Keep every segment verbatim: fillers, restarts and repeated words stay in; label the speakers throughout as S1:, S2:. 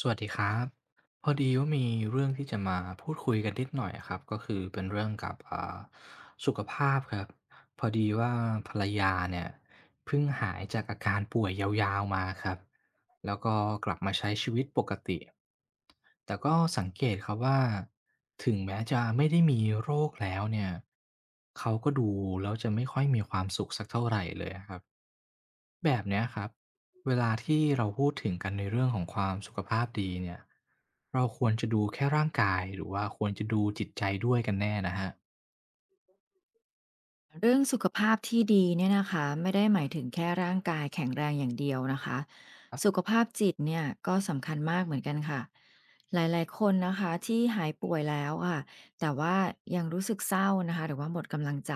S1: สวัสดีครับพอดีว่ามีเรื่องที่จะมาพูดคุยกันนิดหน่อยอะครับก็คือเป็นเรื่องกับอ่าสุขภาพครับพอดีว่าภรรยาเนี่ยเพิ่งหายจากอาการป่วยยาวๆมาครับแล้วก็กลับมาใช้ชีวิตปกติแต่ก็สังเกตครับว่าถึงแม้จะไม่ได้มีโรคแล้วเนี่ยเขาก็ดูแล้วจะไม่ค่อยมีความสุขสักเท่าไหรเลยครับ แบบเนี้ยครับเวลาที่เราพูดถึงกันในเรื่องของความสุขภาพดีเนี่ยเราควรจะดูแค่ร่างกายหรือว่าควรจะดูจิตใจด้วยกันแน่นะฮะ
S2: เรื่องสุขภาพที่ดีเนี่ยนะคะไม่ได้หมายถึงแค่ร่างกายแข็งแรงอย่างเดียวนะคะสุขภาพจิตเนี่ยก็สำคัญมากเหมือนกันค่ะหลายๆคนนะคะที่หายป่วยแล้วค่ะแต่ว่ายังรู้สึกเศร้านะคะหรือว่าหมดกำลังใจ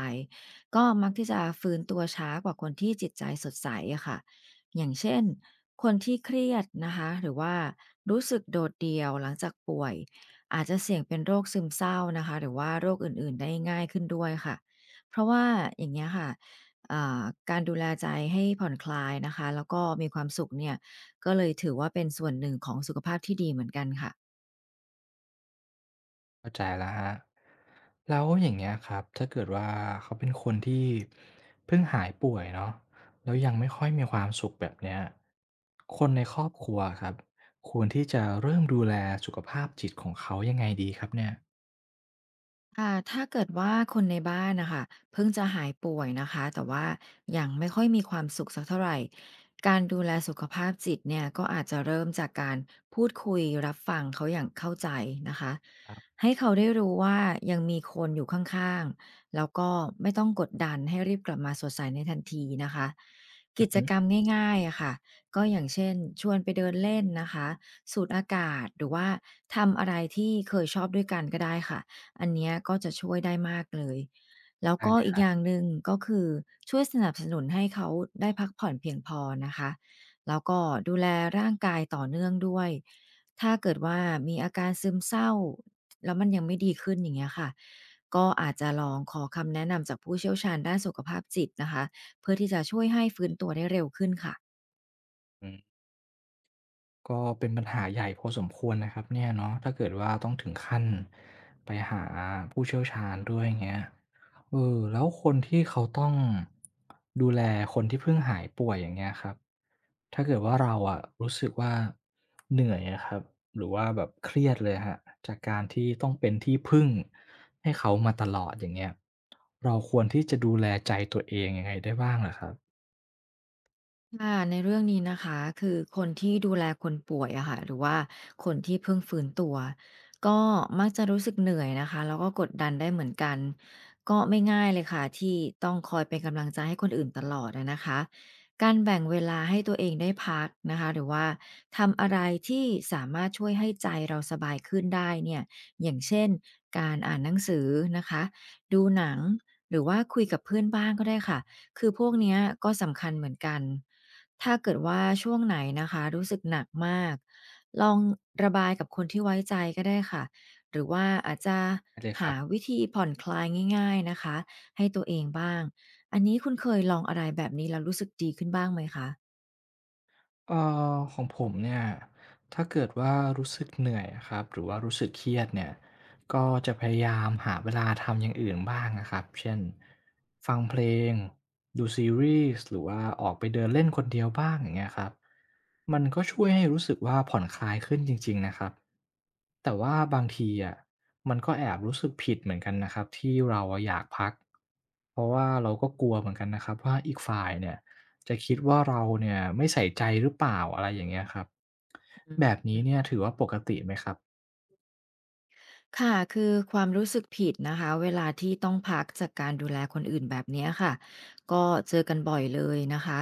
S2: ก็มักที่จะฟื้นตัวช้ากว่าคนที่จิตใจสดใสอะค่ะอย่างเช่นคนที่เครียดนะคะหรือว่ารู้สึกโดดเดี่ยวหลังจากป่วยอาจจะเสี่ยงเป็นโรคซึมเศร้านะคะหรือว่าโรคอื่นๆได้ง่ายขึ้นด้วยค่ะ เพราะว่าอย่างเงี้ยค่ะอ่าการดูแลใจให้ผ่อนคลายนะคะแล้วก็มีความสุขเนี่ยก็เลยถือว่าเป็นส่วนหนึ่งของสุขภาพที่ดีเหมือนกันค่ะ
S1: เข้าใจแล้วครับแล้วอย่างเงี้ยครับถ้าเกิดว่าเขาเป็นคนที่เพิ่งหายป่วยเนาะแล้วยังไม่ค่อยมีความสุขแบบเนี้ยคนในครอบครัวครับควรที่จะเริ่มดูแลสุขภาพจิตของเขายังไงดีครับเนี่ย
S2: ค่ะถ้าเกิดว่าคนในบ้านนะคะเพิ่งจะหายป่วยนะคะแต่ว่ายังไม่ค่อยมีความสุขสักเท่าไหรการดูแลสุขภาพจิตเนี่ยก็อาจจะเริ่มจากการพูดคุยรับฟังเขาอย่างเข้าใจนะคะให้เขาได้รู้ว่ายังมีคนอยู่ข้างๆแล้วก็ไม่ต้องกดดันให้รีบกลับมาสดใสในทันทีนะคะ
S1: อื
S2: กิ
S1: อ
S2: จ
S1: ฮึ
S2: กรรมง่ายๆอะค่ะก็อย่างเช่นชวนไปเดินเล่นนะคะสูดอากาศหรือว่าทำอะไรที่เคยชอบด้วยกันก็ได้ค่ะ อันเนี้ยก็จะช่วยได้มากเลย แล้ว
S1: ได้
S2: ก็
S1: เลย
S2: อี
S1: ค
S2: ก
S1: รั
S2: อ
S1: บ
S2: ย่างหนึ่งก็คือช่วยสนับสนุนให้เขาได้พักผ่อนเพียงพอนะคะแล้วก็ดูแลร่างกายต่อเนื่องด้วยถ้าเกิดว่ามีอาการซึมเศร้าแล้วมันยังไม่ดีขึ้นอย่างเงี้ยค่ะก็อาจจะลองขอคำแนะนำจากผู้เชี่ยวชาญด้านสุขภาพจิตนะคะเพื่อที่จะช่วยให้ฟื้นตัวได้เร็วขึ้นค่ะ
S1: ก็เป็นปัญหาใหญ่พอสมควรนะครับเนี่ยเนาะถ้าเกิดว่าต้องถึงขั้นไปหาผู้เชี่ยวชาญด้วยอย่างเงี้ยเออแล้วคนที่เขาต้องดูแลคนที่เพิ่งหายป่วยอย่างเงี้ยครับถ้าเกิดว่าเราอะรู้สึกว่าเหนื่อยอะครับหรือว่าแบบเครียดเลยครับจากการที่ต้องเป็นที่พึ่งให้เขามาตลอดอย่างเงี้ยเราควรที่จะดูแลใจตัวเองยังไงได้บ้างเหรอครับ
S2: ค่ะในเรื่องนี้นะคะคือคนที่ดูแลคนป่วยอะค่ะหรือว่าคนที่เพิ่งฟื้นตัวก็มักจะรู้สึกเหนื่อยนะคะแล้วก็กดดันได้เหมือนกันก็ไม่ง่ายเลยค่ะที่ต้องคอยเป็นกำลังใจให้คนอื่นตลอดอะนะคะการแบ่งเวลาให้ตัวเองได้พักนะคะหรือว่าทำอะไรที่สามารถช่วยให้ใจเราสบายขึ้นได้เนี่ยอย่างเช่นการอ่านหนังสือนะคะดูหนังหรือว่าคุยกับเพื่อนบ้างก็ได้ค่ะคือพวกเนี้ยก็สำคัญเหมือนกัน ถ้าเกิดว่าช่วงไหนนะคะรู้สึกหนักมากลองระบายกับคนที่ไว้ใจก็ได้ค่ะหรือว่าอาจจะ
S1: ได้เลยครั
S2: หา
S1: บ
S2: วิธีผ่อนคลายง่ายๆนะคะให้ตัวเองบ้างอันนี้คุณเคยลองอะไรแบบนี้แล้วรู้สึกดีขึ้นบ้างไหมคะ
S1: เอ่อของผมเนี่ยถ้าเกิดว่ารู้สึกเหนื่อยอะครับหรือว่ารู้สึกเครียดเนี่ยก็จะพยายามหาเวลาทำอย่างอื่นบ้างนะครับเช่นฟังเพลงดูซีรีส์หรือว่าออกไปเดินเล่นคนเดียวบ้างอย่างเงี้ยครับมันก็ช่วยให้รู้สึกว่าผ่อนคลายขึ้นจริงๆนะครับแต่ว่าบางทีอะมันก็แอบรู้สึกผิดเหมือนกันนะครับที่เราอะอยากพักเพราะว่าเราก็กลัวเหมือนกันนะครับว่าอีกฝ่ายเนี่ย จะคิดว่าเราเนี่ยไม่ใส่ใจหรือเปล่าอะไรอย่างเงี้ยครับ
S2: อื
S1: แบบนี้
S2: ม
S1: เนี่ยถือว่าปกติไหมครับ
S2: ค่ะคือความรู้สึกผิดนะคะ เวลาที่ต้องพักจากการดูแลคนอื่นแบบเนี้ยค่ะ ก็เจอกันบ่อยเลยนะคะ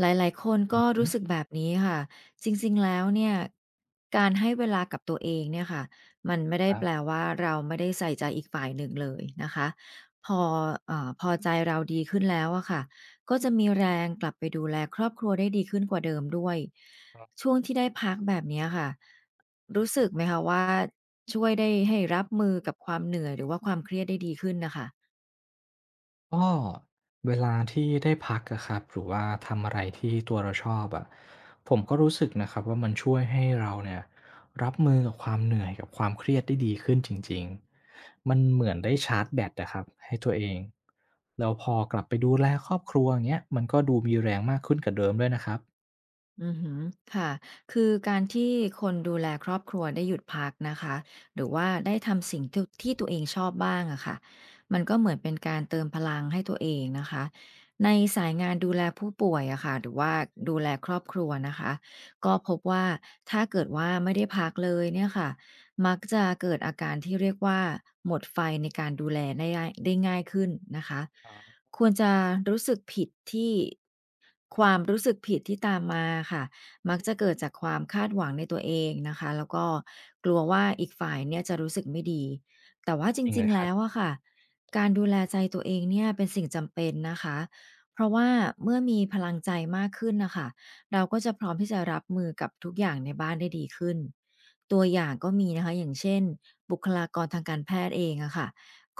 S2: หลายๆคน
S1: อื
S2: ก็รู้สึก
S1: ม
S2: แบบนี้ค่ะ จริงๆแล้วเนี่ย การให้เวลากับตัวเองเนี่ยค่ะ มันไม่ได้
S1: ครั
S2: แปล
S1: บ
S2: ว่าเราไม่ได้ใส่ใจอีกฝ่ายหนึ่งเลยนะคะ พอเอ่อพอใจเราดีขึ้นแล้วอะค่ะ ก็จะมีแรงกลับไปดูแลครอบครัวได้ดีขึ้นกว่าเดิมด้วย ช่วงที่ได้พักแบบเนี้ยค่ะรู้สึกไหมคะว่าช่วยได้ให้รับมือกับความเหนื่อยหรือว่าความเครียดได้ดีขึ้นนะคะ
S1: ก็เวลาที่ได้พักอะครับหรือว่าทำอะไรที่ตัวเราชอบอะผมก็รู้สึกนะครับว่ามันช่วยให้เราเนี่ยรับมือกับความเหนื่อยกับความเครียดได้ดีขึ้นจริงๆมันเหมือนได้ชาร์จแบตอะครับให้ตัวเองแล้วพอกลับไปดูแลครอบครัวอย่างเงี้ยมันก็ดูมีแรงมากขึ้นกว่าเดิมด้วยนะครับ
S2: อือฮึค่ะคือการที่คนดูแลครอบครัวได้หยุดพักนะคะ หรือว่าได้ทำสิ่งที่ที่ตัวเองชอบบ้างอะค่ะมันก็เหมือนเป็นการเติมพลังให้ตัวเองนะคะ ในสายงานดูแลผู้ป่วยอะค่ะหรือว่าดูแลครอบครัวนะคะ ก็พบว่าถ้าเกิดว่าไม่ได้พักเลยเนี่ยค่ะมักจะเกิดอาการที่เรียกว่าหมดไฟในการดูแลได้ง่ายได้ง่ายขึ้นนะคะ
S1: อ๋อ
S2: ควรจะรู้สึกผิดที่ความรู้สึกผิดที่ตามมาค่ะมักจะเกิดจากความคาดหวังในตัวเองนะคะแล้วก็กลัวว่าอีกฝ่ายเนี่ยจะรู้สึกไม่ดีแต่ว่าจ
S1: จริง
S2: ริ
S1: เล
S2: ง
S1: ย
S2: ๆ
S1: ครั
S2: แล้
S1: บ
S2: วอะค่ะการดูแลใจตัวเองเนี่ยเป็นสิ่งจำเป็นนะคะเพราะว่าเมื่อมีพลังใจมากขึ้นน่ะค่ะเราก็จะพร้อมที่จะรับมือกับทุกอย่างในบ้านได้ดีขึ้นตัวอย่างก็มีนะคะอย่างเช่นบุคลากรทางการแพทย์เองอะค่ะ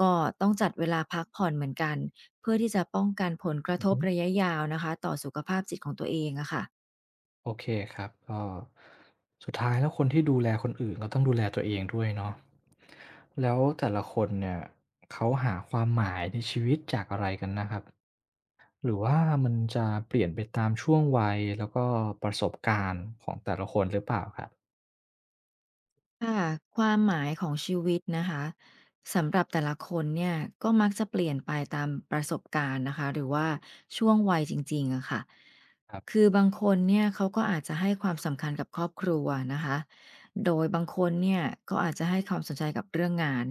S2: ก็ต้องจัดเวลาพักผ่อนเหมือนกัน เพื่อที่จะป้องกันผลกระ
S1: อื
S2: ท
S1: อ
S2: บ
S1: ฮึ
S2: ระยะยาวนะคะต่อสุขภาพจิตของตัวเองอะค่ะ
S1: โอเคครับก็สุดท้ายแล้วคนที่ดูแลคนอื่นก็ต้องดูแลตัวเองด้วยเนาะแล้วแต่ละคนเนี่ยเขาหาความหมายในชีวิตจากอะไรกันนะครับหรือว่ามันจะเปลี่ยนไปตามช่วงวัยแล้วก็ประสบการณ์ของแต่ละคนหรือเปล่าครับ
S2: ค่ะความหมายของชีวิตนะคะสำหรับแต่ละคนเนี่ยก็มักจะเปลี่ยนไปตามประสบการณ์นะคะหรือว่าช่วงวัยจริงๆอะค่ะ
S1: ครั
S2: คื
S1: บ
S2: อบางคนเนี่ยเขาก็อาจจะให้ความสำคัญกับครอบครัวนะคะโดยบางคนเนี่ยก็อาจจะให้ความสนใจกับเรื่องงาน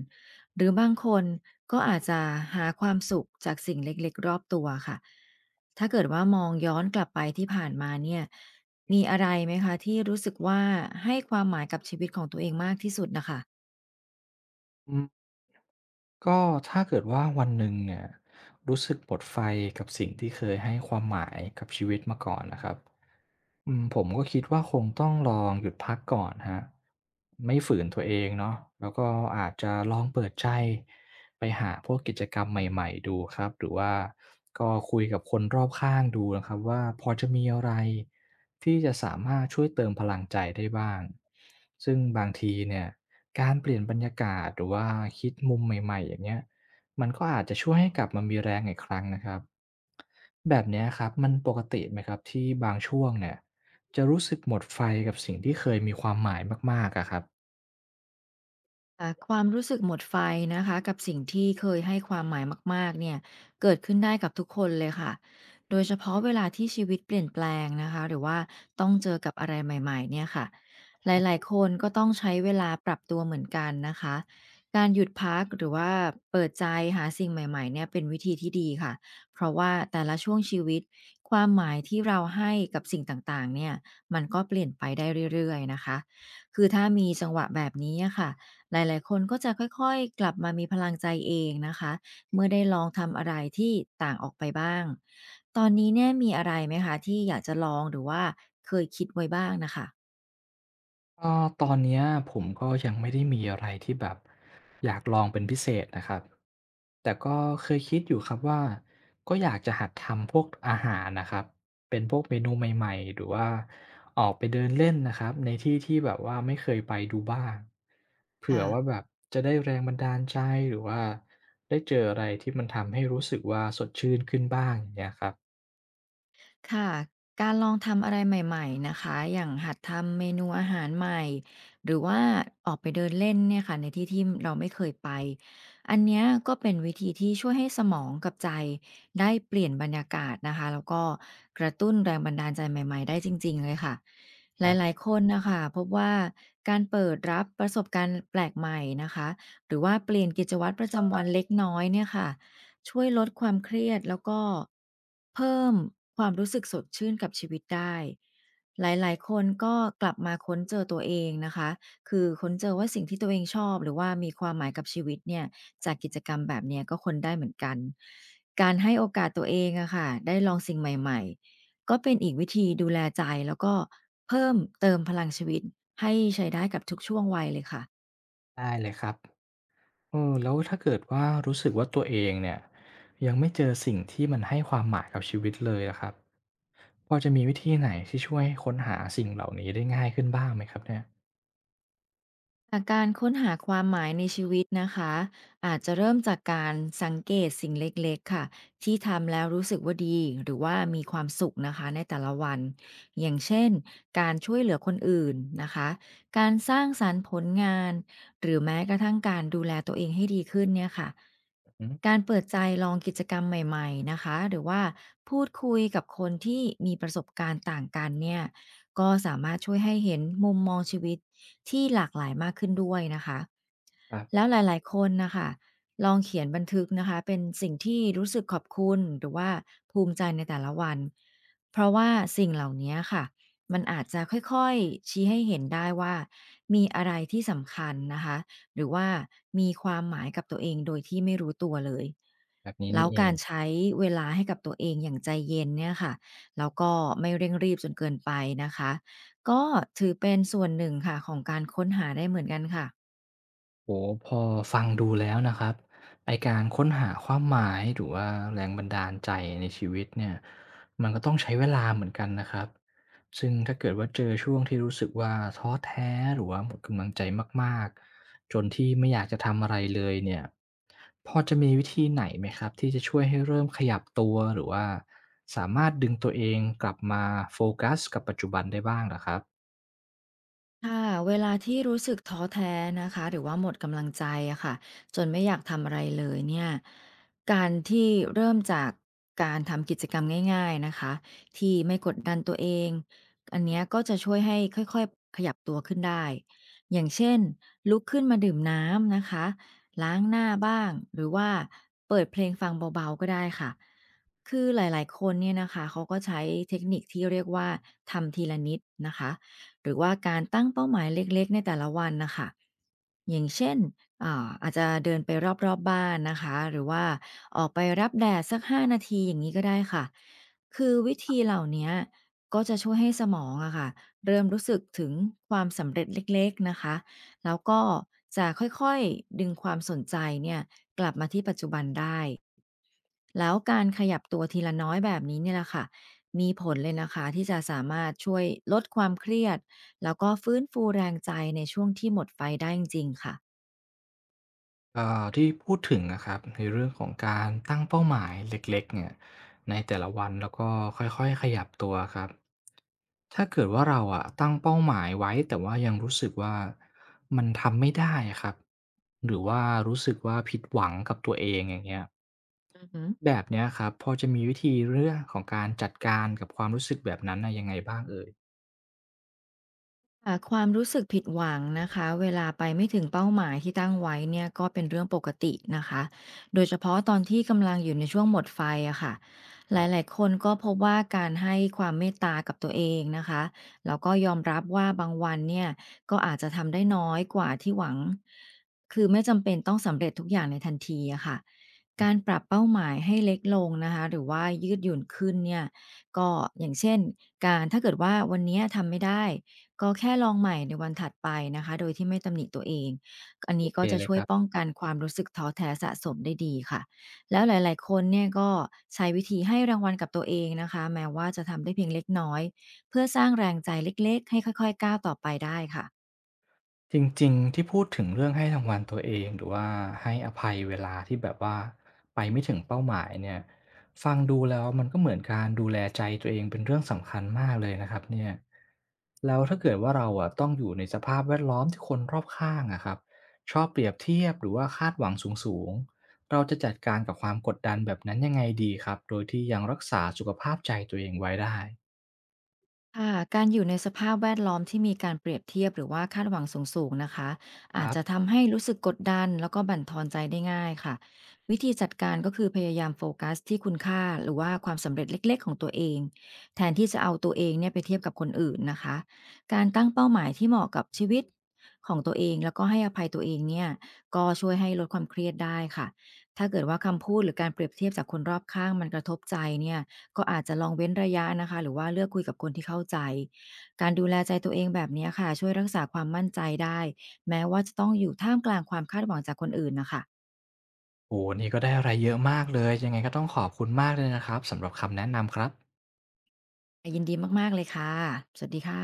S2: หรือบางคนก็อาจจะหาความสุขจากสิ่งเล็กๆรอบตัวค่ะถ้าเกิดว่ามองย้อนกลับไปที่ผ่านมาเนี่ย มีอะไรไหมคะที่รู้สึกว่าให้ความหมายกับชีวิตของตัวเองมากที่สุดนะค่ะ
S1: ก็ถ้าเกิดว่าวันหนึ่งเนี่ยรู้สึกหมดไฟกับสิ่งที่เคยให้ความหมายกับชีวิตมาก่อนนะครับอืมผมก็คิดว่าคงต้องลองหยุดพักก่อนฮะไม่ฝืนตัวเองเนาะแล้วก็อาจจะลองเปิดใจไปหาพวกกิจกรรมใหม่ๆดูครับหรือว่าก็คุยกับคนรอบข้างดูนะครับว่าพอจะมีอะไรที่จะสามารถช่วยเติมพลังใจได้บ้างซึ่งบางทีเนี่ย การเปลี่ยนบรรยากาศหรือว่าคิดมุมใหม่ๆอย่างเงี้ยมันก็อาจจะช่วยให้กลับมามีแรงอีกครั้งนะครับแบบเนี้ยครับมันปกติไหมครับที่บางช่วงเนี่ยจะรู้สึกหมดไฟกับสิ่งที่เคยมีความหมายมากๆอะครับ
S2: ค่ะความรู้สึกหมดไฟนะคะกับสิ่งที่เคยให้ความหมายมากๆเนี่ยเกิดขึ้นได้กับทุกคนเลยค่ะโดยเฉพาะเวลาที่ชีวิตเปลี่ยนแปลงนะคะหรือว่าต้องเจอกับอะไรใหม่ๆเนี่ยค่ะหลายๆคนก็ต้องใช้เวลาปรับตัวเหมือนกันนะคะการหยุดพักหรือว่าเปิดใจหาสิ่งใหม่ๆเนี่ยเป็นวิธีที่ดีค่ะเพราะว่าแต่ละช่วงชีวิตความหมายที่เราให้กับสิ่งต่างๆเนี่ยมันก็เปลี่ยนไปได้เรื่อยๆนะคะคือถ้ามีจังหวะแบบนี้อะค่ะ หลายๆคนก็จะค่อยๆกลับมามีพลังใจเองนะคะเมื่อได้ลองทำอะไรที่ต่างออกไปบ้างตอนนี้เนี่ยมีอะไรไหมคะที่อยากจะลองหรือว่าเคยคิดไว้บ้างน่ะค่ะ
S1: ก็ตอนเนี้ยผมก็ยังไม่ได้มีอะไรที่แบบอยากลองเป็นพิเศษนะครับแต่ก็เคยคิดอยู่ครับว่าก็อยากจะหัดทำพวกอาหารนะครับเป็นพวกเมนูใหม่ๆหรือว่าออกไปเดินเล่นนะครับในที่ที่แบบว่าไม่เคยไปดูบ้างเผื่อ
S2: ค่ะ
S1: ว่าแบบจะได้แรงบันดาลใจหรือว่าได้เจออะไรที่มันทำให้รู้สึกว่าสดชื่นขึ้นบ้างอย่างเงี้ยครับ
S2: ค่ะการลองทำอะไรใหม่ๆนะคะอย่างหัดทำเมนูอาหารใหม่หรือว่าออกไปเดินเล่นเนี่ยค่ะในที่ที่เราไม่เคยไปอันเนี้ยก็เป็นวิธีที่ช่วยให้สมองกับใจได้เปลี่ยนบรรยากาศนะคะแล้วก็กระตุ้นแรงบันดาลใจใหม่ๆได้จริงๆเลยค่ะห
S1: ครั
S2: ลาย
S1: บ
S2: ๆคนน่ะค่ะพบว่าการเปิดรับประสบการณ์แปลกใหม่นะคะหรือว่าเปลี่ยนกิจวัตรประจำวันเล็กน้อยเนี่ยค่ะ ช่วยลดความเครียดแล้วก็เพิ่มความรู้สึกสดชื่นกับชีวิตได้หลายๆคนก็กลับมาค้นเจอตัวเองนะคะคือค้นเจอว่าสิ่งที่ตัวเองชอบหรือว่ามีความหมายกับชีวิตเนี่ยจากกิจกรรมแบบเนี้ยก็ค้นได้เหมือนกันการให้โอกาสตัวเองอะค่ะได้ลองสิ่งใหม่ๆก็เป็นอีกวิธีดูแลใจแล้วก็เพิ่มเติมพลังชีวิตให้ใช้ได้กับทุกช่วงวัยเลยค่ะ
S1: ได้เลยครับ เออแล้วถ้าเกิดว่ารู้สึกว่าตัวเองเนี่ยยังไม่เจอสิ่งที่มันให้ความหมายกับชีวิตเลยอะครับพอจะมีวิธีไหนที่ช่วยค้นหาสิ่งเหล่านี้ได้ง่ายขึ้นบ้างไหมครับเนี่ย
S2: จากการค้นหาความหมายในชีวิตนะคะอาจจะเริ่มจากการสังเกตสิ่งเล็กๆค่ะที่ทำแล้วรู้สึกว่าดีหรือว่ามีความสุขนะคะในแต่ละวันอย่างเช่นการช่วยเหลือคนอื่นนะคะการสร้างสรรค์ผลงานหรือแม้กระทั่งการดูแลตัวเองให้ดีขึ้นเนี่ยค่ะ
S1: อื
S2: กา
S1: ม
S2: รเปิดใจลองกิจกรรมใหม่ๆนะคะหรือว่าพูดคุยกับคนที่มีประสบการณ์ต่างกันเนี่ย ก็สามารถช่วยให้เห็นมุมมองชีวิตที่หลากหลายมากขึ้นด้วยนะคะ
S1: ครั
S2: แล้ว
S1: บ
S2: หลายๆคนนะคะลองเขียนบันทึกนะคะเป็นสิ่งที่รู้สึกขอบคุณหรือว่าภูมิใจในแต่ละวันเพราะว่าสิ่งเหล่านี้ค่ะมันอาจจะค่อยๆชี้ให้เห็นได้ว่ามีอะไรที่สำคัญนะคะหรือว่ามีความหมายกับตัวเองโดยที่ไม่รู้ตัวเลย
S1: แบบนี้
S2: แล้
S1: นี่
S2: ว
S1: เอ
S2: กา
S1: ง
S2: รใช้เวลาให้กับตัวเองอย่างใจเย็นเนี่ยค่ะแล้วก็ไม่เร่งรีบจนเกินไปนะคะก็ถือเป็นส่วนหนึ่งค่ะของการค้นหาได้เหมือนกันค่ะ
S1: โอ้โฮพอฟังดูแล้วนะครับไอ้การค้นหาความหมายหรือว่าแรงบันดาลใจในชีวิตเนี่ยมันก็ต้องใช้เวลาเหมือนกันนะครับซึ่งถ้าเกิดว่าเจอช่วงที่รู้สึกว่าท้อแท้หรือว่าหมดกำลังใจมากๆจนที่ไม่อยากจะทำอะไรเลยเนี่ยพอจะมีวิธีไหนไหมครับที่จะช่วยให้เริ่มขยับตัวหรือว่าสามารถดึงตัวเองกลับมาโฟกัสกับปัจจุบันได้บ้างเหรอครับ
S2: ค่ะเวลาที่รู้สึกท้อแท้นะคะหรือว่าหมดกำลังใจอะค่ะจนไม่อยากทำอะไรเลยเนี่ยการที่เริ่มจากการทำกิจกรรมง่ายๆนะคะที่ไม่กดดันตัวเองอันเนี้ยก็จะช่วยให้ค่อยๆขยับตัวขึ้นได้อย่างเช่นลุกขึ้นมาดื่มน้ำนะคะล้างหน้าบ้างหรือว่าเปิดเพลงฟังเบาๆก็ได้ค่ะคือหลายๆคนเนี่ยนะคะเขาก็ใช้เทคนิคที่เรียกว่าทำทีละนิดนะคะ หรือว่าการตั้งเป้าหมายเล็กๆในแต่ละวันนะคะอย่างเช่นอ่าอาจจะเดินไปรอบๆบ้านนะคะหรือว่าออกไปรับแดดสักห้านาทีอย่างนี้ก็ได้ค่ะคือวิธีเหล่านี้ก็จะช่วยให้สมองอะค่ะเริ่มรู้สึกถึงความสำเร็จเล็กๆนะคะแล้วก็จะค่อยๆดึงความสนใจเนี่ยกลับมาที่ปัจจุบันได้ แล้วการขยับตัวทีละน้อยแบบนี้เนี่ยแหละค่ะมีผลเลยนะคะที่จะสามารถช่วยลดความเครียดแล้วก็ฟื้นฟูแรงใจในช่วงที่หมดไฟได้จริงๆค่ะ
S1: เอ่อที่พูดถึงนะครับในเรื่องของการตั้งเป้าหมายเล็กๆเนี่ยในแต่ละวันแล้วก็ค่อยๆขยับตัวครับถ้าเกิดว่าเราอะตั้งเป้าหมายไว้แต่ว่ายังรู้สึกว่ามันทำไม่ได้อะครับหรือว่ารู้สึกว่าผิดหวังกับตัวเองอย่างเงี้ย
S2: อือฮึ
S1: แบบเนี้ยครับพอจะมีวิธีเรื่องของการจัดการกับความรู้สึกแบบนั้นน่ะยังไงบ้างเอ่ย
S2: ค่ะความรู้สึกผิดหวังนะคะเวลาไปไม่ถึงเป้าหมายที่ตั้งไว้เนี่ยก็เป็นเรื่องปกตินะคะโดยเฉพาะตอนที่กำลังอยู่ในช่วงหมดไฟอะค่ะหล
S1: ครั
S2: าย
S1: บ
S2: ๆคนก็พบว่าการให้ความเมตตากับตัวเองนะคะแล้วก็ยอมรับว่าบางวันเนี่ยก็อาจจะทำได้น้อยกว่าที่หวังคือไม่จำเป็นต้องสำเร็จทุกอย่างในทันทีอะค่ะ
S1: อื
S2: การ
S1: ม
S2: ปรับเป้าหมายให้เล็กลงนะคะหรือว่ายืดหยุ่นขึ้นเนี่ยก็อย่างเช่นการถ้าเกิดว่าวันเนี้ยทำไม่ได้ ก็แค่ลองใหม่ในวันถัดไปนะคะโดยที่ไม่ตำหนิตัวเองอัน
S1: โอ
S2: นี้
S1: เค
S2: ก็จะ
S1: เลย
S2: ช่ว
S1: ค
S2: ย
S1: รับ
S2: ป้องกันความรู้สึกท้อแท้สะสมได้ดีค่ะแล้วหลายๆคนเนี่ยก็ใช้วิธีให้รางวัลกับตัวเองนะคะแม้ว่าจะทำได้เพียงเล็กน้อยเพื่อสร้างแรงใจเล็กๆให้ค่อยๆก้าวต่อไปได้ค่ะ
S1: จริงๆที่พูดถึงเรื่องให้รางวัลตัวเองหรือว่าให้อภัยเวลาที่แบบว่าไปไม่ถึงเป้าหมายเนี่ยฟังดูแล้วมันก็เหมือนการดูแลใจตัวเองเป็นเรื่องสำคัญมากเลยนะครับเนี่ยแล้วถ้าเกิดว่าเราอะต้องอยู่ในสภาพแวดล้อมที่คนรอบข้างอะครับชอบเปรียบเทียบหรือว่าคาดหวังสูงๆเราจะจัดการกับความกดดันแบบนั้นยังไงดีครับโดยที่ยังรักษาสุขภาพใจตัวเองไว้ได้
S2: ค่ะการอยู่ในสภาพแวดล้อมที่มีการเปรียบเทียบหรือว่าคาดหวังสูงๆนะคะ
S1: ค
S2: อาจ
S1: รั
S2: จะ
S1: บ
S2: ทำให้รู้สึกกดดันแล้วก็บั่นทอนใจได้ง่ายค่ะวิธีจัดการก็คือพยายามโฟกัสที่คุณค่าหรือว่าความสำเร็จเล็กๆของตัวเองแทนที่จะเอาตัวเองเนี่ยไปเทียบกับคนอื่นนะคะการตั้งเป้าหมายที่เหมาะกับชีวิตของตัวเองแล้วก็ให้อภัยตัวเองเนี่ยก็ช่วยให้ลดความเครียดได้ค่ะถ้าเกิดว่าคำพูดหรือการเปรียบเทียบจากคนรอบข้างมันกระทบใจเนี่ย ก็อาจจะลองเว้นระยะนะคะหรือว่าเลือกคุยกับคนที่เข้าใจการดูแลใจตัวเองแบบเนี้ยค่ะช่วยรักษาความมั่นใจได้แม้ว่าจะต้องอยู่ท่ามกลางความคาดหวังจากคนอื่นนะคะ
S1: โอ้โหวันนี่ก็ได้อะไรเยอะมากเลย ยังไงก็ต้องขอบคุณมากเลยนะครับสำหรับคำแนะนำครับ
S2: ยินดีมากๆเลยค่ะสวัสดีค่ะ